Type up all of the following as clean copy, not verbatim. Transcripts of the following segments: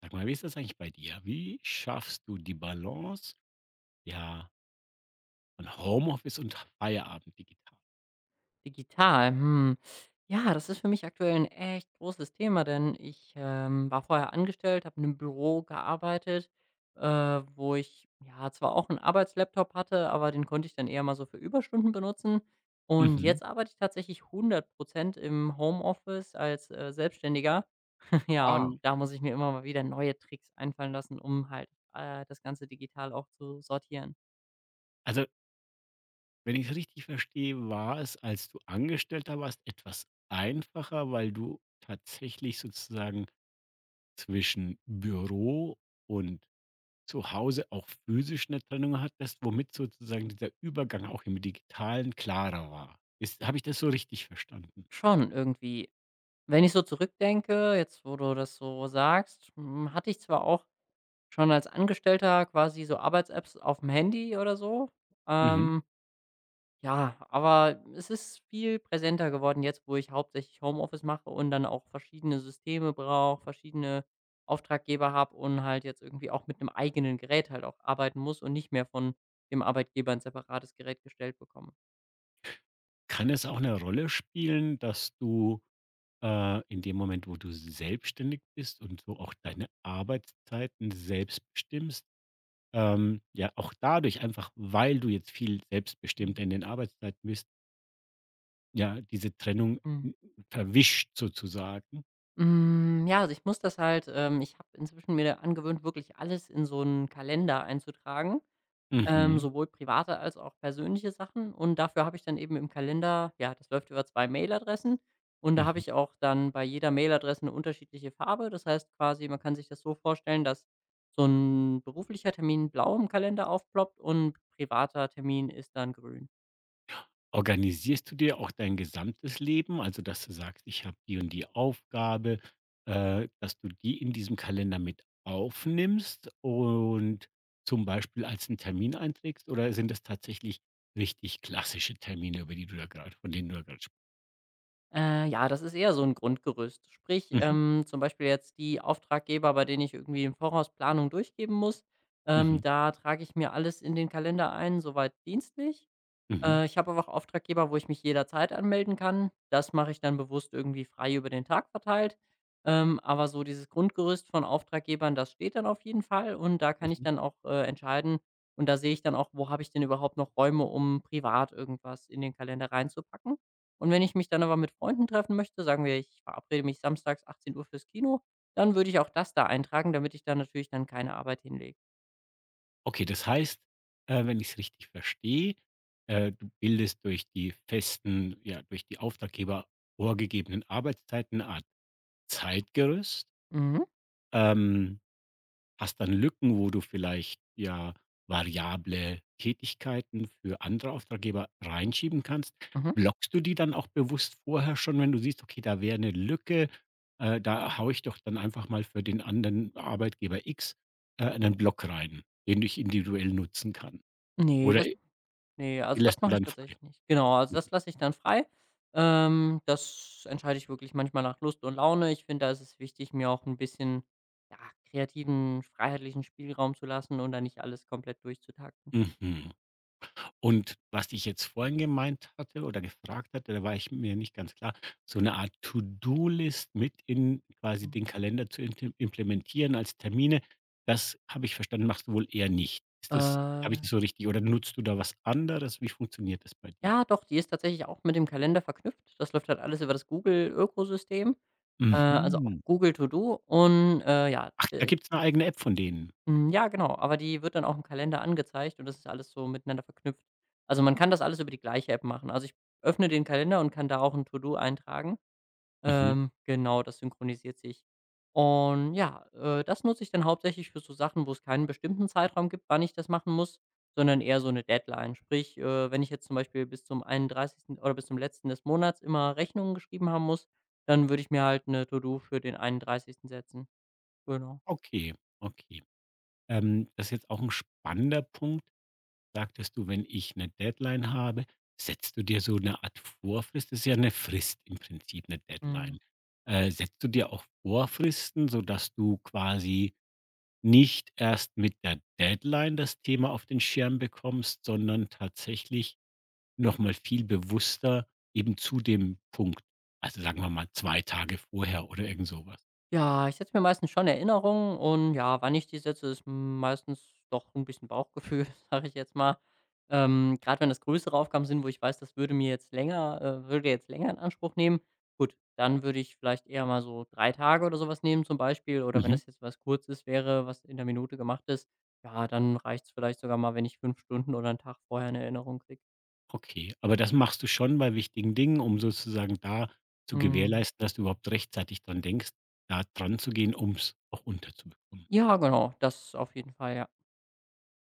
Sag mal, wie ist das eigentlich bei dir? Wie schaffst du die Balance, ja, von Homeoffice und Feierabend digital? Digital, hm. Ja, das ist für mich aktuell ein echt großes Thema, denn ich, war vorher angestellt, habe in einem Büro gearbeitet, wo ich, ja, zwar auch einen Arbeitslaptop hatte, aber den konnte ich dann eher mal so für Überstunden benutzen. Und Mhm. jetzt arbeite ich tatsächlich 100% im Homeoffice als, Selbstständiger. Ja, Ah. und da muss ich mir immer mal wieder neue Tricks einfallen lassen, um halt, das Ganze digital auch zu sortieren. Also, wenn ich es richtig verstehe, war es, als du Angestellter warst, etwas einfacher, weil du tatsächlich sozusagen zwischen Büro und zu Hause auch physisch eine Trennung hattest, womit sozusagen dieser Übergang auch im Digitalen klarer war. Ist Habe ich das so richtig verstanden? Schon irgendwie. Wenn ich so zurückdenke, jetzt wo du das so sagst, hatte ich zwar auch schon als Angestellter quasi so Arbeits-Apps auf dem Handy oder so. Mhm. Ähm, ja, aber es ist viel präsenter geworden jetzt, wo ich hauptsächlich Homeoffice mache und dann auch verschiedene Systeme brauche, verschiedene Auftraggeber habe und halt jetzt irgendwie auch mit einem eigenen Gerät halt auch arbeiten muss und nicht mehr von dem Arbeitgeber ein separates Gerät gestellt bekomme. Kann es auch eine Rolle spielen, dass du in dem Moment, wo du selbstständig bist und so auch deine Arbeitszeiten selbst bestimmst, ja, auch dadurch einfach, weil du jetzt viel selbstbestimmter in den Arbeitszeiten bist, ja, diese Trennung Mhm. Verwischt sozusagen. Hm, ja, also ich muss das halt, ich habe inzwischen mir angewöhnt, wirklich alles in so einen Kalender einzutragen, Mhm. sowohl private als auch persönliche Sachen. Und dafür habe ich dann eben im Kalender, ja, das läuft über 2 Mailadressen und da habe Mhm. ich auch dann bei jeder Mailadresse eine unterschiedliche Farbe. Das heißt quasi, man kann sich das so vorstellen, dass so ein beruflicher Termin blau im Kalender aufploppt und privater Termin ist dann grün. Organisierst du dir auch dein gesamtes Leben? Also, dass du sagst: „Ich habe die und die Aufgabe", dass du die in diesem Kalender mit aufnimmst und zum Beispiel als einen Termin einträgst? Oder sind das tatsächlich richtig klassische Termine, über die du da gerade von denen du da grad sp Ja, das ist eher so ein Grundgerüst. Sprich, Mhm, zum Beispiel jetzt die Auftraggeber, bei denen ich irgendwie im Voraus Planung durchgeben muss, mhm, da trage ich mir alles in den Kalender ein, soweit dienstlich. mhm, Ich habe aber auch Auftraggeber, wo ich mich jederzeit anmelden kann. Das mache ich dann bewusst irgendwie frei über den Tag verteilt. Aber so dieses Grundgerüst von Auftraggebern, das steht dann auf jeden Fall und da kann ich mhm. dann auch, entscheiden, und da sehe ich dann auch, wo habe ich denn überhaupt noch Räume, um privat irgendwas in den Kalender reinzupacken. Und wenn ich mich dann aber mit Freunden treffen möchte, sagen wir, ich verabrede mich samstags 18 Uhr fürs Kino, dann würde ich auch das da eintragen, damit ich da natürlich dann keine Arbeit hinlege. Okay, das heißt, wenn ich es richtig verstehe, du bildest durch durch die Auftraggeber vorgegebenen Arbeitszeiten eine Art Zeitgerüst. Mhm, Ähm Hast dann Lücken, wo du vielleicht ja variable Tätigkeiten für andere Auftraggeber reinschieben kannst. mhm. Blockst du die dann auch bewusst vorher schon, wenn du siehst, okay, da wäre eine Lücke, da haue ich doch dann einfach mal für den anderen Arbeitgeber X, einen Block rein, den ich individuell nutzen kann? Ne, Oder das Ne, die also das lässt du mache ich dann frei. tatsächlich nicht. Genau, also Mhm. das lasse ich dann frei. Das entscheide ich wirklich manchmal nach Lust und Laune. Ich finde, da ist es wichtig, mir auch 'n bisschen, ja, kreativen, freiheitlichen Spielraum zu lassen und da nicht alles komplett durchzutakten. Mhm. Und was ich jetzt vorhin gemeint hatte oder gefragt hatte, da war ich mir nicht ganz klar, so eine Art To-do-List mit in quasi Mhm. den Kalender zu intim implementieren als Termine, das habe ich verstanden, machst du wohl eher nicht. Ist das Habe ich Äh, das so richtig oder nutzt du da was anderes? Wie funktioniert das bei dir? ja doch, die ist tatsächlich auch mit dem Kalender verknüpft. Das läuft halt alles über das Google-Ökosystem, also auch Mhm. Google To Do und, ja, Ach, da d gibt es eine eigene App von denen? Hm, ja, genau, aber die wird dann auch im Kalender angezeigt und das ist alles so miteinander verknüpft. Also, man kann das alles über die gleiche App machen. Also, ich öffne den Kalender und kann da auch ein To-do eintragen. Mhm. Genau, das synchronisiert sich. Und ja, das nutze ich dann hauptsächlich für so Sachen, wo es keinen bestimmten Zeitraum gibt, wann ich das machen muss, sondern eher so eine Deadline. Sprich, wenn ich jetzt zum Beispiel bis zum 31. oder bis zum letzten des Monats immer Rechnungen geschrieben haben muss, dann würde ich mir halt eine To-do für den 31. setzen. Genau. Okay, okay. Das ist jetzt auch ein spannender Punkt. Sagtest du, wenn ich eine Deadline habe, setzt du dir so eine Art Vorfrist? Das ist ja eine Frist im Prinzip, eine Mhm. Deadline. Setzt du dir auch Vorfristen, sodass du quasi nicht erst mit der Deadline das Thema auf den Schirm bekommst, sondern tatsächlich noch mal viel bewusster eben zu dem Punkt. Also, sagen wir mal 2 Tage vorher oder irgend sowas. Ja, ich setze mir meistens schon Erinnerungen und ja, wann ich die setze, ist meistens doch ein bisschen Bauchgefühl, sage ich jetzt mal. Grad wenn das größere Aufgaben sind, wo ich weiß, das würde mir jetzt länger, würde jetzt länger in Anspruch nehmen, gut, dann würde ich vielleicht eher mal so 3 Tage oder sowas nehmen zum Beispiel. Oder wenn Mhm. das jetzt was Kurzes wäre, was in der Minute gemacht ist, ja, dann reicht's vielleicht sogar mal, wenn ich 5 Stunden oder 1 Tag vorher eine Erinnerung kriege. Okay, aber das machst du schon bei wichtigen Dingen, um sozusagen da zu Mhm. gewährleisten, dass du überhaupt rechtzeitig dran denkst, da dran zu gehen, um's auch unterzubekommen. Ja, genau, das auf jeden Fall, ja.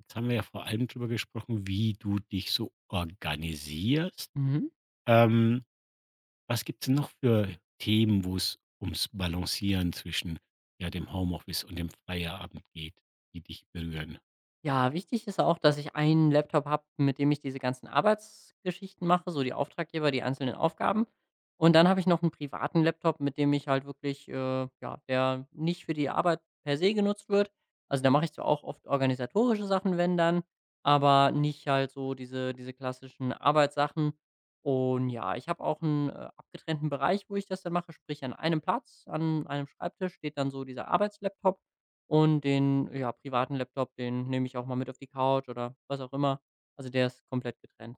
Jetzt haben wir ja vor allem drüber gesprochen, wie du dich so organisierst. Mhm. Ähm, Was gibt's denn noch für Themen, wo es ums Balancieren zwischen, ja, dem Homeoffice und dem Feierabend geht, die dich berühren? Ja, wichtig ist auch, dass ich einen Laptop habe, mit dem ich diese ganzen Arbeitsgeschichten mache, so die Auftraggeber, die einzelnen Aufgaben. Und dann habe ich noch einen privaten Laptop, mit dem ich halt wirklich, ja, der nicht für die Arbeit per se genutzt wird. Also, da mache ich zwar auch oft organisatorische Sachen, wenn dann, aber nicht halt so diese klassischen Arbeitssachen. Und ja, ich habe auch einen, abgetrennten Bereich, wo ich das dann mache, sprich an einem Platz, an einem Schreibtisch steht dann so dieser Arbeitslaptop und den, ja, privaten Laptop, den nehme ich auch mal mit auf die Couch oder was auch immer. Also, der ist komplett getrennt.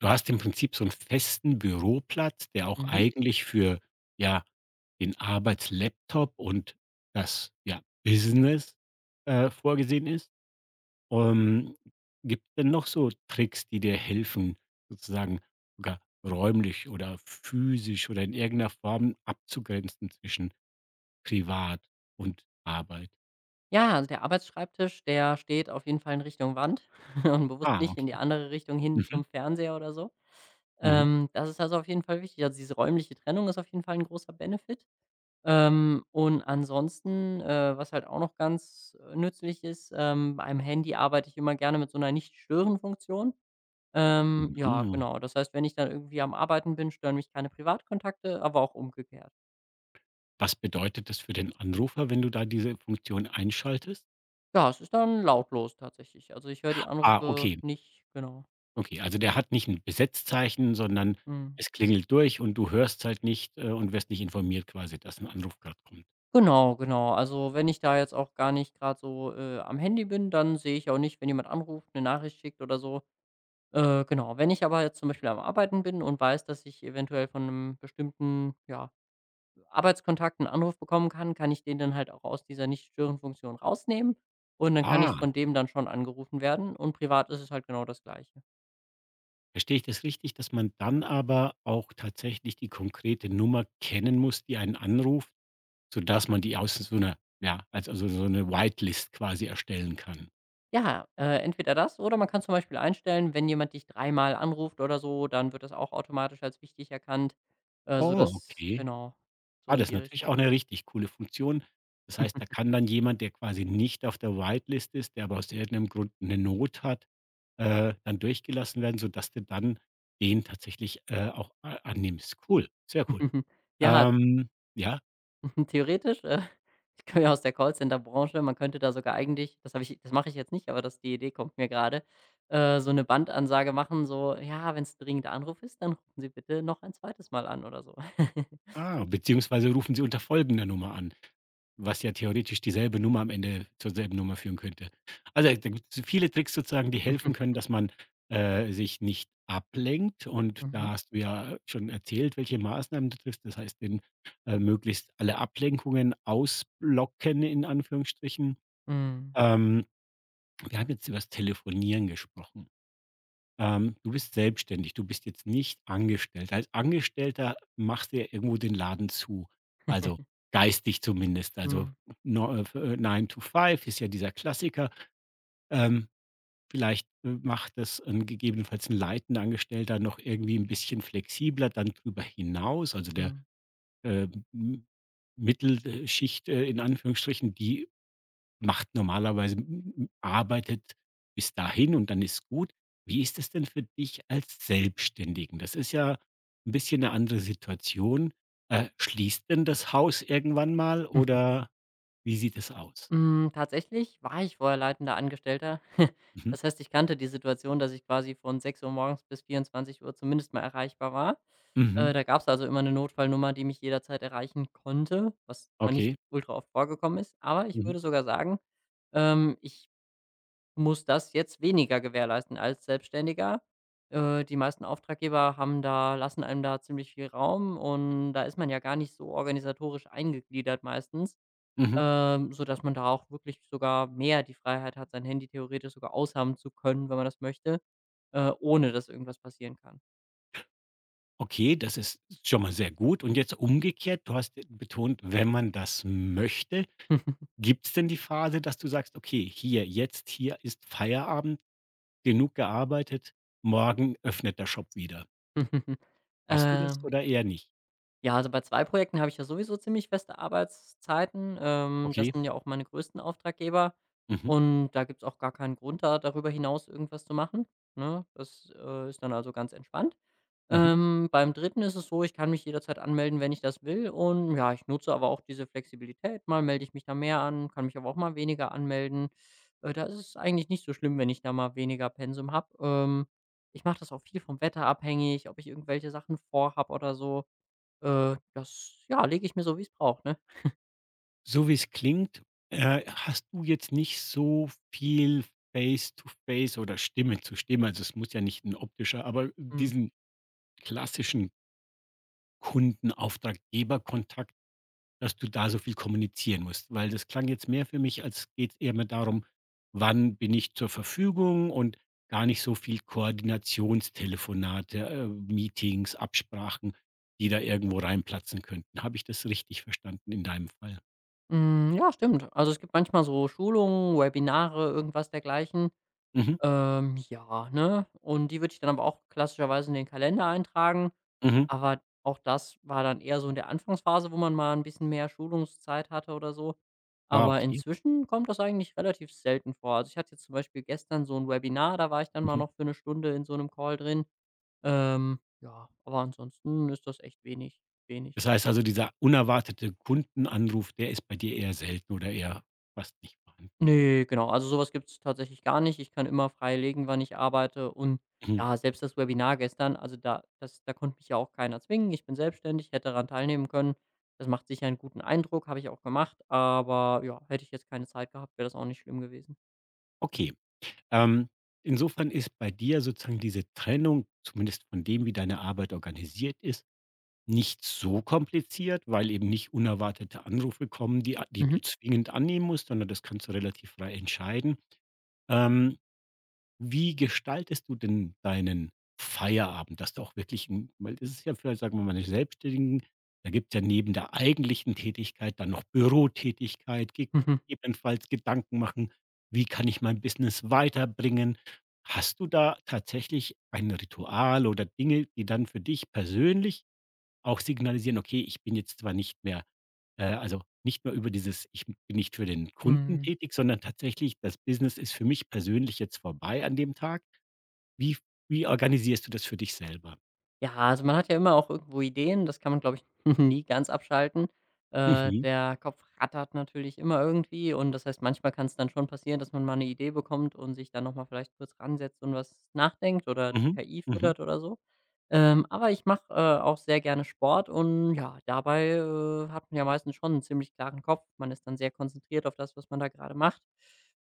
Du hast im Prinzip so einen festen Büroplatz, der auch Mhm. eigentlich für, ja, den Arbeitslaptop und das, ja, Business, vorgesehen ist. Ähm, Gibt es denn noch so Tricks, die dir helfen, sozusagen sogar räumlich oder physisch oder in irgendeiner Form abzugrenzen zwischen privat und Arbeit? Ja, also, der Arbeitsschreibtisch, der steht auf jeden Fall in Richtung Wand und bewusst Ah, nicht in die okay. andere Richtung hin Mhm. zum Fernseher oder so. Mhm. Das ist also auf jeden Fall wichtig. Also, diese räumliche Trennung ist auf jeden Fall ein großer Benefit. Und ansonsten, was halt auch noch ganz, nützlich ist, beim Handy arbeite ich immer gerne mit so einer Nicht-Stören-Funktion. Ja, Mhm. genau. Das heißt, wenn ich dann irgendwie am Arbeiten bin, stören mich keine Privatkontakte, aber auch umgekehrt. Was bedeutet das für den Anrufer, wenn du da diese Funktion einschaltest? Ja, es ist dann lautlos tatsächlich. Also, ich höre die Ah, Anrufe okay. nicht genau. Okay, also der hat nicht ein Besetzzeichen, sondern Mhm. es klingelt durch und du hörst halt nicht, und wirst nicht informiert quasi, dass ein Anruf gerade kommt. Genau, genau. Also, wenn ich da jetzt auch gar nicht gerade so, am Handy bin, dann sehe ich auch nicht, wenn jemand anruft, eine Nachricht schickt oder so. Genau. Wenn ich aber jetzt zum Beispiel am Arbeiten bin und weiß, dass ich eventuell von einem bestimmten, ja, Arbeitskontakt 'n Anruf bekommen kann, kann ich den dann halt auch aus dieser Nicht-Stören-Funktion rausnehmen und dann kann ich Ah, von dem dann schon angerufen werden und privat ist es halt genau das Gleiche. verstehe ich das richtig, dass man dann aber auch tatsächlich die konkrete Nummer kennen muss, die einen anruft, sodass man die aus so 'ner ja, als also so eine Whitelist quasi erstellen kann? Ja, entweder das oder man kann zum Beispiel einstellen, wenn jemand dich 3-mal anruft oder so, dann wird das auch automatisch als wichtig erkannt, Oh, sodass, okay. genau, so Ah, in das ist die natürlich Richtung. auch 'ne richtig coole Funktion. Das heißt, da kann dann jemand, der quasi nicht auf der Whitelist ist, der aber aus irgendeinem Grund 'ne Not hat, dann durchgelassen werden, sodass du dann den tatsächlich, auch a annimmst. Cool, sehr cool. Ja, Ähm, ja? theoretisch, ich komme ja aus der Callcenter-Branche. Man könnte da sogar eigentlich, das habe ich, das mache ich jetzt nicht, aber das, die Idee kommt mir gerade, so eine Bandansage machen, so: „Ja, wenn es 'n dringender Anruf ist, dann rufen Sie bitte noch ein zweites Mal an“ oder so. Ah, beziehungsweise rufen Sie unter folgender Nummer an, was ja theoretisch dieselbe Nummer am Ende zur selben Nummer führen könnte. Also, da gibt's viele Tricks sozusagen, die helfen können, dass man, sich nicht ablenkt, und Mhm. da hast du ja schon erzählt, welche Maßnahmen du triffst. Das heißt, den möglichst alle Ablenkungen ausblocken in Anführungsstrichen. Mhm. Ähm, Wir haben jetzt über das Telefonieren gesprochen. Du bist selbstständig, du bist jetzt nicht angestellt. Als Angestellter machst du ja irgendwo den Laden zu, also geistig zumindest. Also Mhm. Nine to Five ist ja dieser Klassiker. Ähm, Vielleicht macht das gegebenenfalls ein leitender Angestellter noch irgendwie ein bisschen flexibler dann drüber hinaus. Also der Mhm. äh, M- Mittelschicht in Anführungsstrichen, die macht normalerweise m arbeitet bis dahin und dann ist gut. Wie ist es denn für dich als Selbstständigen? Das ist ja ein bisschen eine andere Situation. Schließt denn das Haus irgendwann mal oder wie sieht es aus? Hm, tatsächlich war ich vorher leitender Angestellter. Mhm, Das heißt, ich kannte die Situation, dass ich quasi von 6 Uhr morgens bis 24 Uhr zumindest mal erreichbar war. mhm, Da gab es also immer eine Notfallnummer, die mich jederzeit erreichen konnte, was zwar nicht okay. ultra oft vorgekommen ist, aber ich Mhm, würde sogar sagen, ich muss das jetzt weniger gewährleisten als Selbstständiger. Die meisten Auftraggeber haben, da lassen einem da ziemlich viel Raum und da ist man ja gar nicht so organisatorisch eingegliedert meistens, mhm. Sodass man da auch wirklich sogar mehr die Freiheit hat, sein Handy theoretisch sogar aushaben zu können, wenn man das möchte, ohne dass irgendwas passieren kann. Okay, das ist schon mal sehr gut. Und jetzt umgekehrt, du hast, betont, wenn man das möchte. Gibt es denn die Phase, dass du sagst: „Okay, hier, jetzt hier ist Feierabend." Genug gearbeitet, morgen öffnet der Shop wieder. Hast du das Ähm, oder eher nicht? ja, also bei 2 Projekten habe ich ja sowieso ziemlich feste Arbeitszeiten. Das Okay. sind ja auch meine größten Auftraggeber Mhm, und da gibt's auch gar keinen Grund, da darüber hinaus irgendwas zu machen, ne? Das, ist dann also ganz entspannt. mhm. Beim Dritten ist es so, ich kann mich jederzeit anmelden, wenn ich das will und ja, ich nutze aber auch diese Flexibilität. Mal melde ich mich da mehr an, kann mich aber auch mal weniger anmelden. Da ist es eigentlich nicht so schlimm, wenn ich da mal weniger Pensum habe. Ich mache das auch viel vom Wetter abhängig, ob ich irgendwelche Sachen vorhabe oder so. Das, ja, lege ich mir so, wie es braucht, ne? So wie's klingt, hast du jetzt nicht so viel Face to Face oder Stimme zu Stimme, also es muss ja nicht ein optischer, aber Mhm. diesen klassischen Kundenauftraggeberkontakt. Dass du da so viel kommunizieren musst? Weil das klang jetzt mehr für mich, als geht es eher mehr darum, wann bin ich zur Verfügung, und gar nicht so viel Koordinationstelefonate, Meetings, Absprachen, die da irgendwo reinplatzen könnten. Habe ich das richtig verstanden in deinem Fall? Mm, ja, stimmt. Also es gibt manchmal so Schulungen, Webinare, irgendwas dergleichen. Mhm, Ja, ne? Und die würde ich dann aber auch klassischerweise in den Kalender eintragen. mhm. Aber auch das war dann eher so in der Anfangsphase, wo man mal ein bisschen mehr Schulungszeit hatte oder so. Ah, Aber okay. inzwischen kommt das eigentlich relativ selten vor. Also, ich hatte jetzt zum Beispiel gestern so ein Webinar, da war ich dann mal Mhm. noch für 1 Stunde in so einem Call drin. Ja, aber ansonsten ist das echt wenig. Das heißt also, dieser unerwartete Kundenanruf, der ist bei dir eher selten oder eher fast nicht vorhanden. Ne, genau. Also, sowas, was gibt's tatsächlich gar nicht. Ich kann immer frei legen, wann ich arbeite und Mhm. ja, selbst das Webinar gestern, also da konnte mich ja auch keiner zwingen. Ich bin selbstständig, hätte daran teilnehmen können. Das macht sicher einen guten Eindruck, habe ich auch gemacht, aber ja, hätte ich jetzt keine Zeit gehabt, wäre das auch nicht schlimm gewesen. Okay. Ähm, Insofern ist bei dir sozusagen diese Trennung, zumindest von dem, wie deine Arbeit organisiert ist, nicht so kompliziert, weil eben nicht unerwartete Anrufe kommen, die du Mhm. zwingend annehmen musst, sondern das kannst du relativ frei entscheiden. Ähm, Wie gestaltest du denn deinen Feierabend, dass du auch wirklich 'n weil, das ist ja für, sagen wir mal, die Selbstständigen, da gibt es ja neben der eigentlichen Tätigkeit dann noch Bürotätigkeit, gegebenenfalls Gedanken machen: „Wie kann ich mein Business weiterbringen?" Hast du da tatsächlich ein Ritual oder Dinge, die dann für dich persönlich auch signalisieren: „Okay, ich bin jetzt zwar nicht mehr also, nicht mehr über dieses ich bin nicht für den Kunden Mhm. tätig, sondern tatsächlich das Business ist für mich persönlich jetzt vorbei an dem Tag." Wie wie organisierst du das für dich selber? Ja, also man hat ja immer auch irgendwo Ideen, das kann man, glaube ich, nie ganz abschalten. Mhm. Der Kopf rattert natürlich immer irgendwie und das heißt, manchmal kann es dann schon passieren, dass man mal eine Idee bekommt und sich dann noch mal vielleicht kurz ransetzt und was nachdenkt oder die Mhm. KI Mhm. füttert oder so. Aber ich mache, auch sehr gerne Sport und ja, dabei, hat man ja meistens schon einen ziemlich klaren Kopf. Man ist dann sehr konzentriert auf das, was man da gerade macht.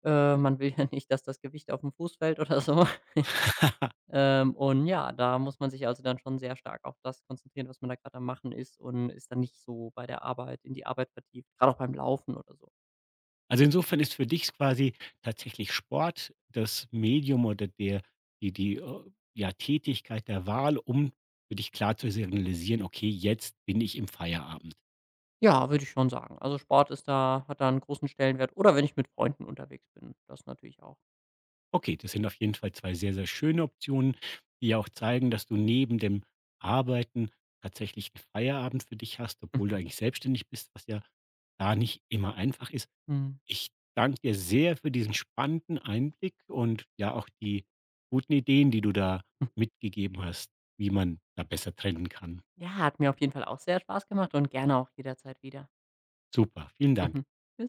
Man will ja nicht, dass das Gewicht auf den Fuß fällt oder so. Und ja, da muss man sich also dann schon sehr stark auf das konzentrieren, was man da gerade am Machen ist und ist dann nicht so bei der Arbeit in die Arbeit vertieft, gerade auch beim Laufen oder so. Also, insofern ist für dich quasi tatsächlich Sport das Medium oder der die die, ja, Tätigkeit der Wahl, um für dich klar zu signalisieren: „Okay, jetzt bin ich im Feierabend." Ja, würde ich schon sagen. Also, Sport, ist da hat da 'n großen Stellenwert oder wenn ich mit Freunden unterwegs bin, das natürlich auch. Okay, das sind auf jeden Fall 2 sehr, sehr schöne Optionen, die ja auch zeigen, dass du neben dem Arbeiten tatsächlich einen Feierabend für dich hast, obwohl du eigentlich selbstständig bist, was ja da nicht immer einfach ist. Mhm. Ich danke dir sehr für diesen spannenden Einblick und ja auch die guten Ideen, die du da mitgegeben hast, wie man da besser trennen kann. Ja, hat mir auf jeden Fall auch sehr Spaß gemacht und gerne auch jederzeit wieder. Super, vielen Dank. Mhm.